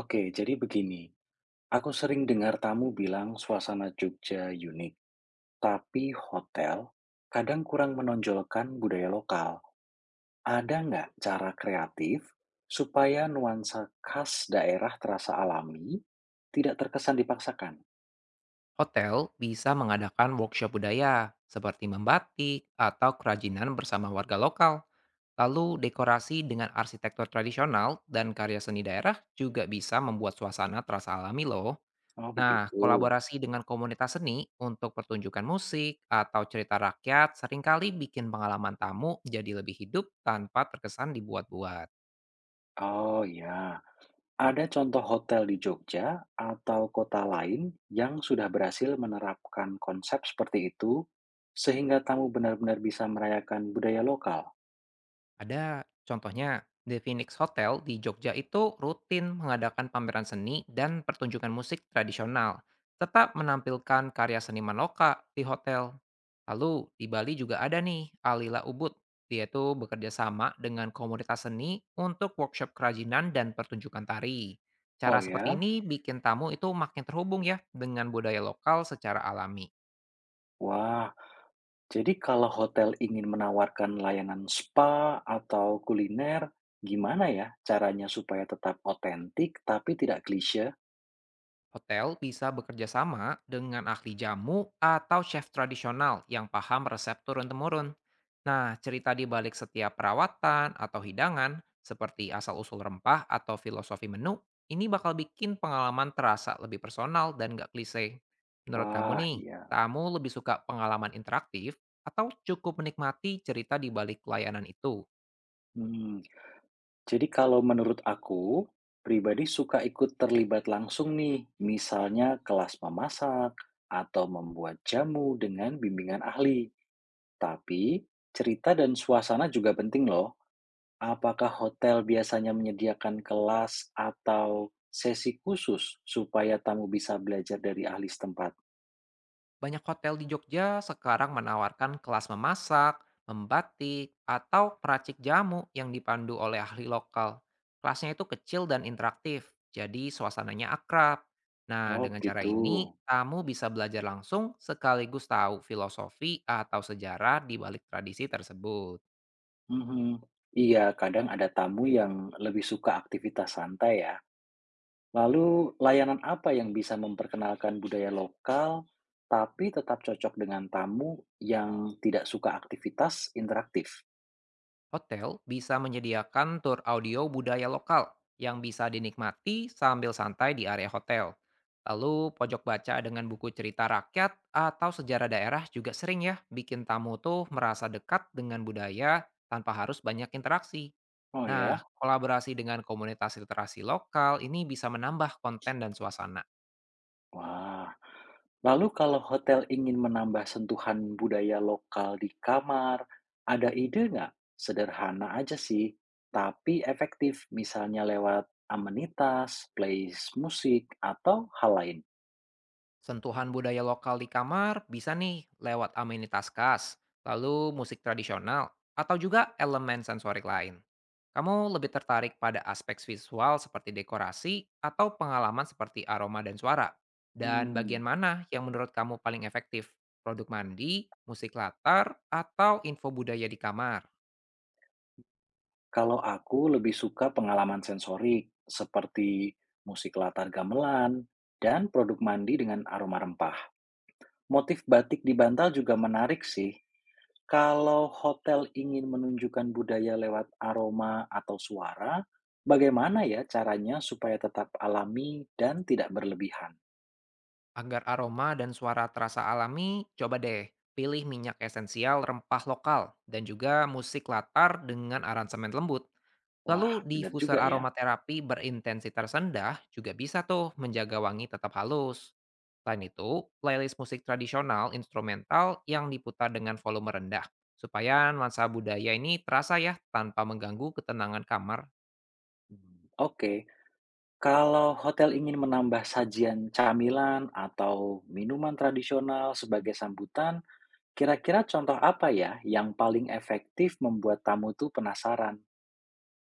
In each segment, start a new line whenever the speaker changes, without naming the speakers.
Oke, jadi begini. Aku sering dengar tamu bilang suasana Jogja unik, tapi hotel kadang kurang menonjolkan budaya lokal. Ada nggak cara kreatif supaya nuansa khas daerah terasa alami, tidak terkesan dipaksakan?
Hotel bisa mengadakan workshop budaya seperti membatik atau kerajinan bersama warga lokal. Lalu dekorasi dengan arsitektur tradisional dan karya seni daerah juga bisa membuat suasana terasa alami loh.
Oh,
Nah,
begitu.
kolaborasi dengan komunitas seni untuk pertunjukan musik atau cerita rakyat seringkali bikin pengalaman tamu jadi lebih hidup tanpa terkesan dibuat-buat.
Oh ya, ada contoh hotel di Jogja atau kota lain yang sudah berhasil menerapkan konsep seperti itu sehingga tamu benar-benar bisa merayakan budaya lokal.
Ada, contohnya The Phoenix Hotel di Jogja itu rutin mengadakan pameran seni dan pertunjukan musik tradisional, tetap menampilkan karya seniman lokal di hotel. Lalu di Bali juga ada nih Alila Ubud. Dia itu bekerja sama dengan komunitas seni untuk workshop kerajinan dan pertunjukan tari.
Oh
Cara seperti
ya?
ini bikin tamu itu makin terhubung ya dengan budaya lokal secara alami.
Wah, jadi kalau hotel ingin menawarkan layanan spa atau kuliner, gimana ya caranya supaya tetap otentik tapi tidak klise?
Hotel bisa bekerja sama dengan ahli jamu atau chef tradisional yang paham resep turun-temurun. Nah, cerita di balik setiap perawatan atau hidangan, seperti asal-usul rempah atau filosofi menu, ini bakal bikin pengalaman terasa lebih personal dan gak klise. Menurut kamu
Wah,
nih,
iya.
kamu lebih suka pengalaman interaktif atau cukup menikmati cerita di balik layanan itu?
Hmm. Jadi kalau menurut aku, pribadi suka ikut terlibat langsung nih, misalnya kelas memasak atau membuat jamu dengan bimbingan ahli. Tapi cerita dan suasana juga penting loh. Apakah hotel biasanya menyediakan kelas atau sesi khusus supaya tamu bisa belajar dari ahli setempat?
Banyak hotel di Jogja sekarang menawarkan kelas memasak, membatik, atau peracik jamu yang dipandu oleh ahli lokal. Kelasnya itu kecil dan interaktif, jadi suasananya akrab. Nah,
Oh,
dengan cara
begitu.
ini, kamu bisa belajar langsung sekaligus tahu filosofi atau sejarah di balik tradisi tersebut.
Mhm. Iya, kadang ada tamu yang lebih suka aktivitas santai ya. Lalu, layanan apa yang bisa memperkenalkan budaya lokal tapi tetap cocok dengan tamu yang tidak suka aktivitas interaktif?
Hotel bisa menyediakan tur audio budaya lokal yang bisa dinikmati sambil santai di area hotel. Lalu pojok baca dengan buku cerita rakyat atau sejarah daerah juga sering ya bikin tamu tuh merasa dekat dengan budaya tanpa harus banyak interaksi.
Oh
Nah,
ya,
kolaborasi dengan komunitas literasi lokal ini bisa menambah konten dan suasana.
wah. Lalu kalau hotel ingin menambah sentuhan budaya lokal di kamar, ada ide nggak? Sederhana aja sih, tapi efektif misalnya lewat amenitas, playlist musik, atau hal lain.
Sentuhan budaya lokal di kamar bisa nih lewat amenitas khas, lalu musik tradisional, atau juga elemen sensorik lain. Kamu lebih tertarik pada aspek visual seperti dekorasi atau pengalaman seperti aroma dan suara? Dan
Hmm,
bagian mana yang menurut kamu paling efektif? Produk mandi, musik latar, atau info budaya di kamar?
Kalau aku lebih suka pengalaman sensorik seperti musik latar gamelan dan produk mandi dengan aroma rempah. Motif batik di bantal juga menarik sih. Kalau hotel ingin menunjukkan budaya lewat aroma atau suara, bagaimana ya caranya supaya tetap alami dan tidak berlebihan?
Agar aroma dan suara terasa alami, coba deh pilih minyak esensial rempah lokal dan juga musik latar dengan aransemen lembut.
Wah,
Lalu
benar
diffuser
juga ya.
aromaterapi berintensitas rendah juga bisa tuh menjaga wangi tetap halus. Selain itu, playlist musik tradisional instrumental yang diputar dengan volume rendah supaya nuansa budaya ini terasa ya tanpa mengganggu ketenangan kamar.
Hmm. Oke, kalau hotel ingin menambah sajian camilan atau minuman tradisional sebagai sambutan, kira-kira contoh apa ya yang paling efektif membuat tamu tuh penasaran?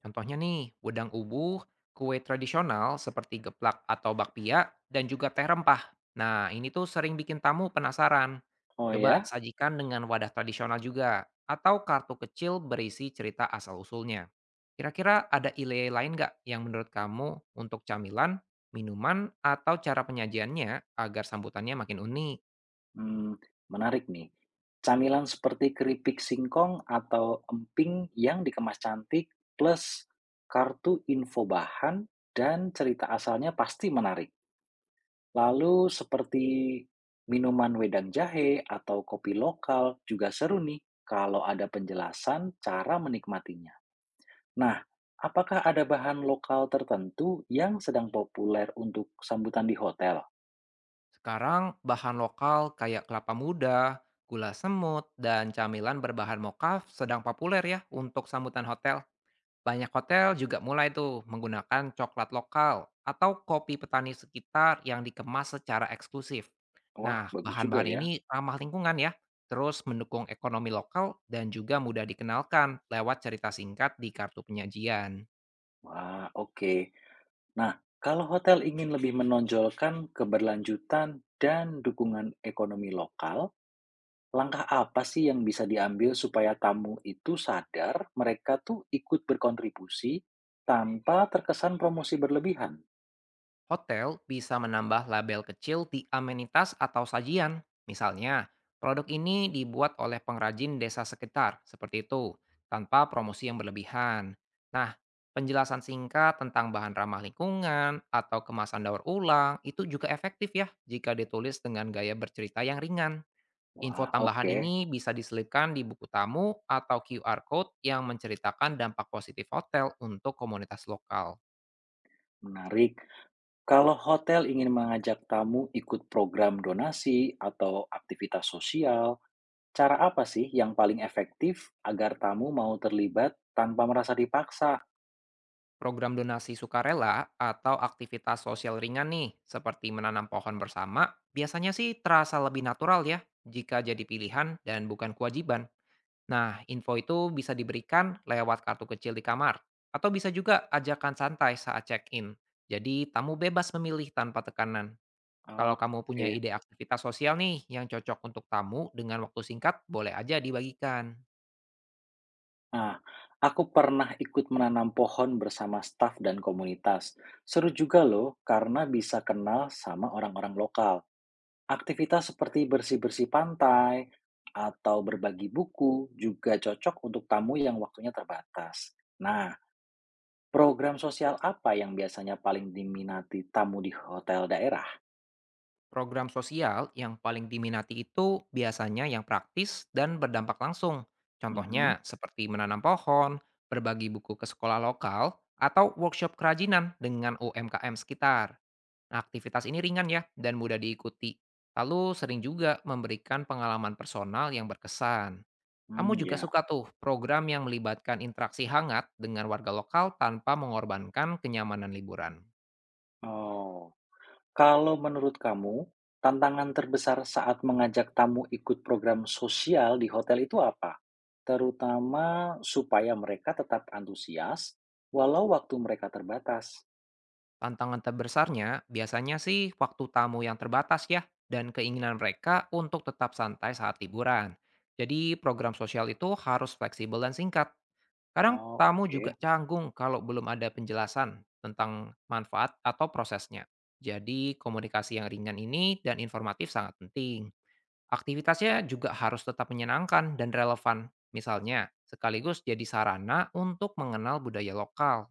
Contohnya nih, wedang ubuh, kue tradisional seperti geplak atau bakpia, dan juga teh rempah. Nah, ini tuh sering bikin tamu penasaran.
Oh
Coba
ya?
sajikan dengan wadah tradisional juga, atau kartu kecil berisi cerita asal-usulnya. Kira-kira ada ide lain nggak yang menurut kamu untuk camilan, minuman, atau cara penyajiannya agar sambutannya makin unik?
Mmm, menarik nih. Camilan seperti keripik singkong atau emping yang dikemas cantik plus kartu info bahan dan cerita asalnya pasti menarik. Lalu seperti minuman wedang jahe atau kopi lokal juga seru nih kalau ada penjelasan cara menikmatinya. Nah, apakah ada bahan lokal tertentu yang sedang populer untuk sambutan di hotel?
Sekarang bahan lokal kayak kelapa muda, gula semut, dan camilan berbahan mokaf sedang populer ya untuk sambutan hotel. Banyak hotel juga mulai tuh menggunakan coklat lokal atau kopi petani sekitar yang dikemas secara eksklusif.
Wah,
Nah,
bagus juga
bahan-bahan
ya.
ini ramah lingkungan ya, terus mendukung ekonomi lokal dan juga mudah dikenalkan lewat cerita singkat di kartu penyajian.
Wah, oke. Nah, kalau hotel ingin lebih menonjolkan keberlanjutan dan dukungan ekonomi lokal, langkah apa sih yang bisa diambil supaya tamu itu sadar mereka tuh ikut berkontribusi tanpa terkesan promosi berlebihan?
Hotel bisa menambah label kecil di amenitas atau sajian. Misalnya, produk ini dibuat oleh pengrajin desa sekitar, seperti itu, tanpa promosi yang berlebihan. Nah, penjelasan singkat tentang bahan ramah lingkungan atau kemasan daur ulang itu juga efektif ya jika ditulis dengan gaya bercerita yang ringan. Info
Wah,
tambahan
oke,
ini bisa diselipkan di buku tamu atau QR code yang menceritakan dampak positif hotel untuk komunitas lokal.
menarik. Kalau hotel ingin mengajak tamu ikut program donasi atau aktivitas sosial, cara apa sih yang paling efektif agar tamu mau terlibat tanpa merasa dipaksa?
Program donasi sukarela atau aktivitas sosial ringan nih, seperti menanam pohon bersama, biasanya sih terasa lebih natural ya jika jadi pilihan dan bukan kewajiban. Nah, info itu bisa diberikan lewat kartu kecil di kamar, atau bisa juga ajakan santai saat check-in. Jadi, tamu bebas memilih tanpa tekanan. Kalau
Ah,
kamu punya
oke.
ide aktivitas sosial nih yang cocok untuk tamu dengan waktu singkat, boleh aja dibagikan.
Nah, aku pernah ikut menanam pohon bersama staf dan komunitas. Seru juga loh, karena bisa kenal sama orang-orang lokal. Aktivitas seperti bersih-bersih pantai atau berbagi buku juga cocok untuk tamu yang waktunya terbatas. Nah, program sosial apa yang biasanya paling diminati tamu di hotel daerah?
Program sosial yang paling diminati itu biasanya yang praktis dan berdampak langsung.
Mhm.
Contohnya seperti menanam pohon, berbagi buku ke sekolah lokal, atau workshop kerajinan dengan UMKM sekitar. Nah, aktivitas ini ringan ya dan mudah diikuti. Lalu sering juga memberikan pengalaman personal yang berkesan. Kamu
Hmm,
juga
ya.
suka tuh program yang melibatkan interaksi hangat dengan warga lokal tanpa mengorbankan kenyamanan liburan.
Oh. Kalau menurut kamu, tantangan terbesar saat mengajak tamu ikut program sosial di hotel itu apa? Terutama supaya mereka tetap antusias walau waktu mereka terbatas.
Tantangan terbesarnya biasanya sih waktu tamu yang terbatas ya, dan keinginan mereka untuk tetap santai saat liburan. Jadi program sosial itu harus fleksibel dan singkat. Kadang
Oh,
tamu
oke.
juga canggung kalau belum ada penjelasan tentang manfaat atau prosesnya. Jadi komunikasi yang ringan ini dan informatif sangat penting. Aktivitasnya juga harus tetap menyenangkan dan relevan. Misalnya, sekaligus jadi sarana untuk mengenal budaya lokal.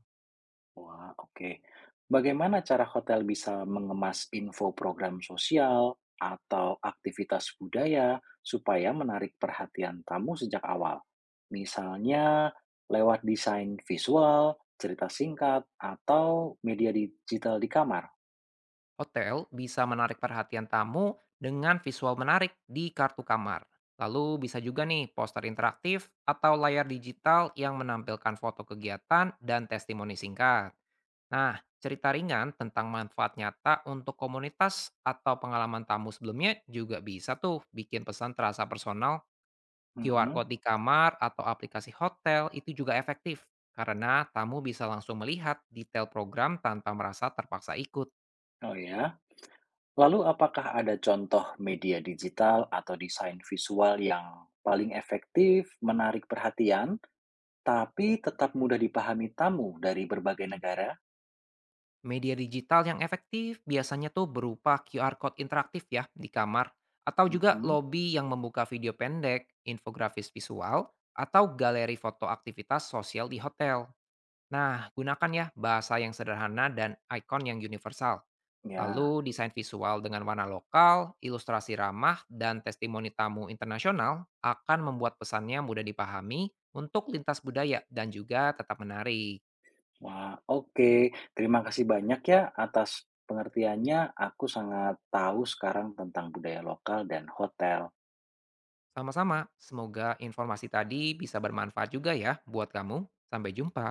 Wah, oke. Bagaimana cara hotel bisa mengemas info program sosial atau aktivitas budaya supaya menarik perhatian tamu sejak awal? Misalnya lewat desain visual, cerita singkat, atau media digital di kamar.
Hotel bisa menarik perhatian tamu dengan visual menarik di kartu kamar. Lalu bisa juga nih poster interaktif atau layar digital yang menampilkan foto kegiatan dan testimoni singkat. Nah, cerita ringan tentang manfaat nyata untuk komunitas atau pengalaman tamu sebelumnya juga bisa tuh bikin pesan terasa personal. QR
Mhm.
code di kamar atau aplikasi hotel itu juga efektif karena tamu bisa langsung melihat detail program tanpa merasa terpaksa ikut.
Oh ya. Lalu apakah ada contoh media digital atau desain visual yang paling efektif menarik perhatian tapi tetap mudah dipahami tamu dari berbagai negara?
Media digital yang efektif biasanya tuh berupa QR code interaktif ya di kamar, atau juga
Mhm,
lobby yang membuka video pendek, infografis visual, atau galeri foto aktivitas sosial di hotel. Nah, gunakan ya bahasa yang sederhana dan ikon yang universal.
ya.
Lalu desain visual dengan warna lokal, ilustrasi ramah, dan testimoni tamu internasional akan membuat pesannya mudah dipahami untuk lintas budaya dan juga tetap menarik.
Wah, oke. Terima kasih banyak ya atas pengertiannya. Aku sangat tahu sekarang tentang budaya lokal dan hotel.
Sama-sama, semoga informasi tadi bisa bermanfaat juga ya buat kamu. Sampai jumpa.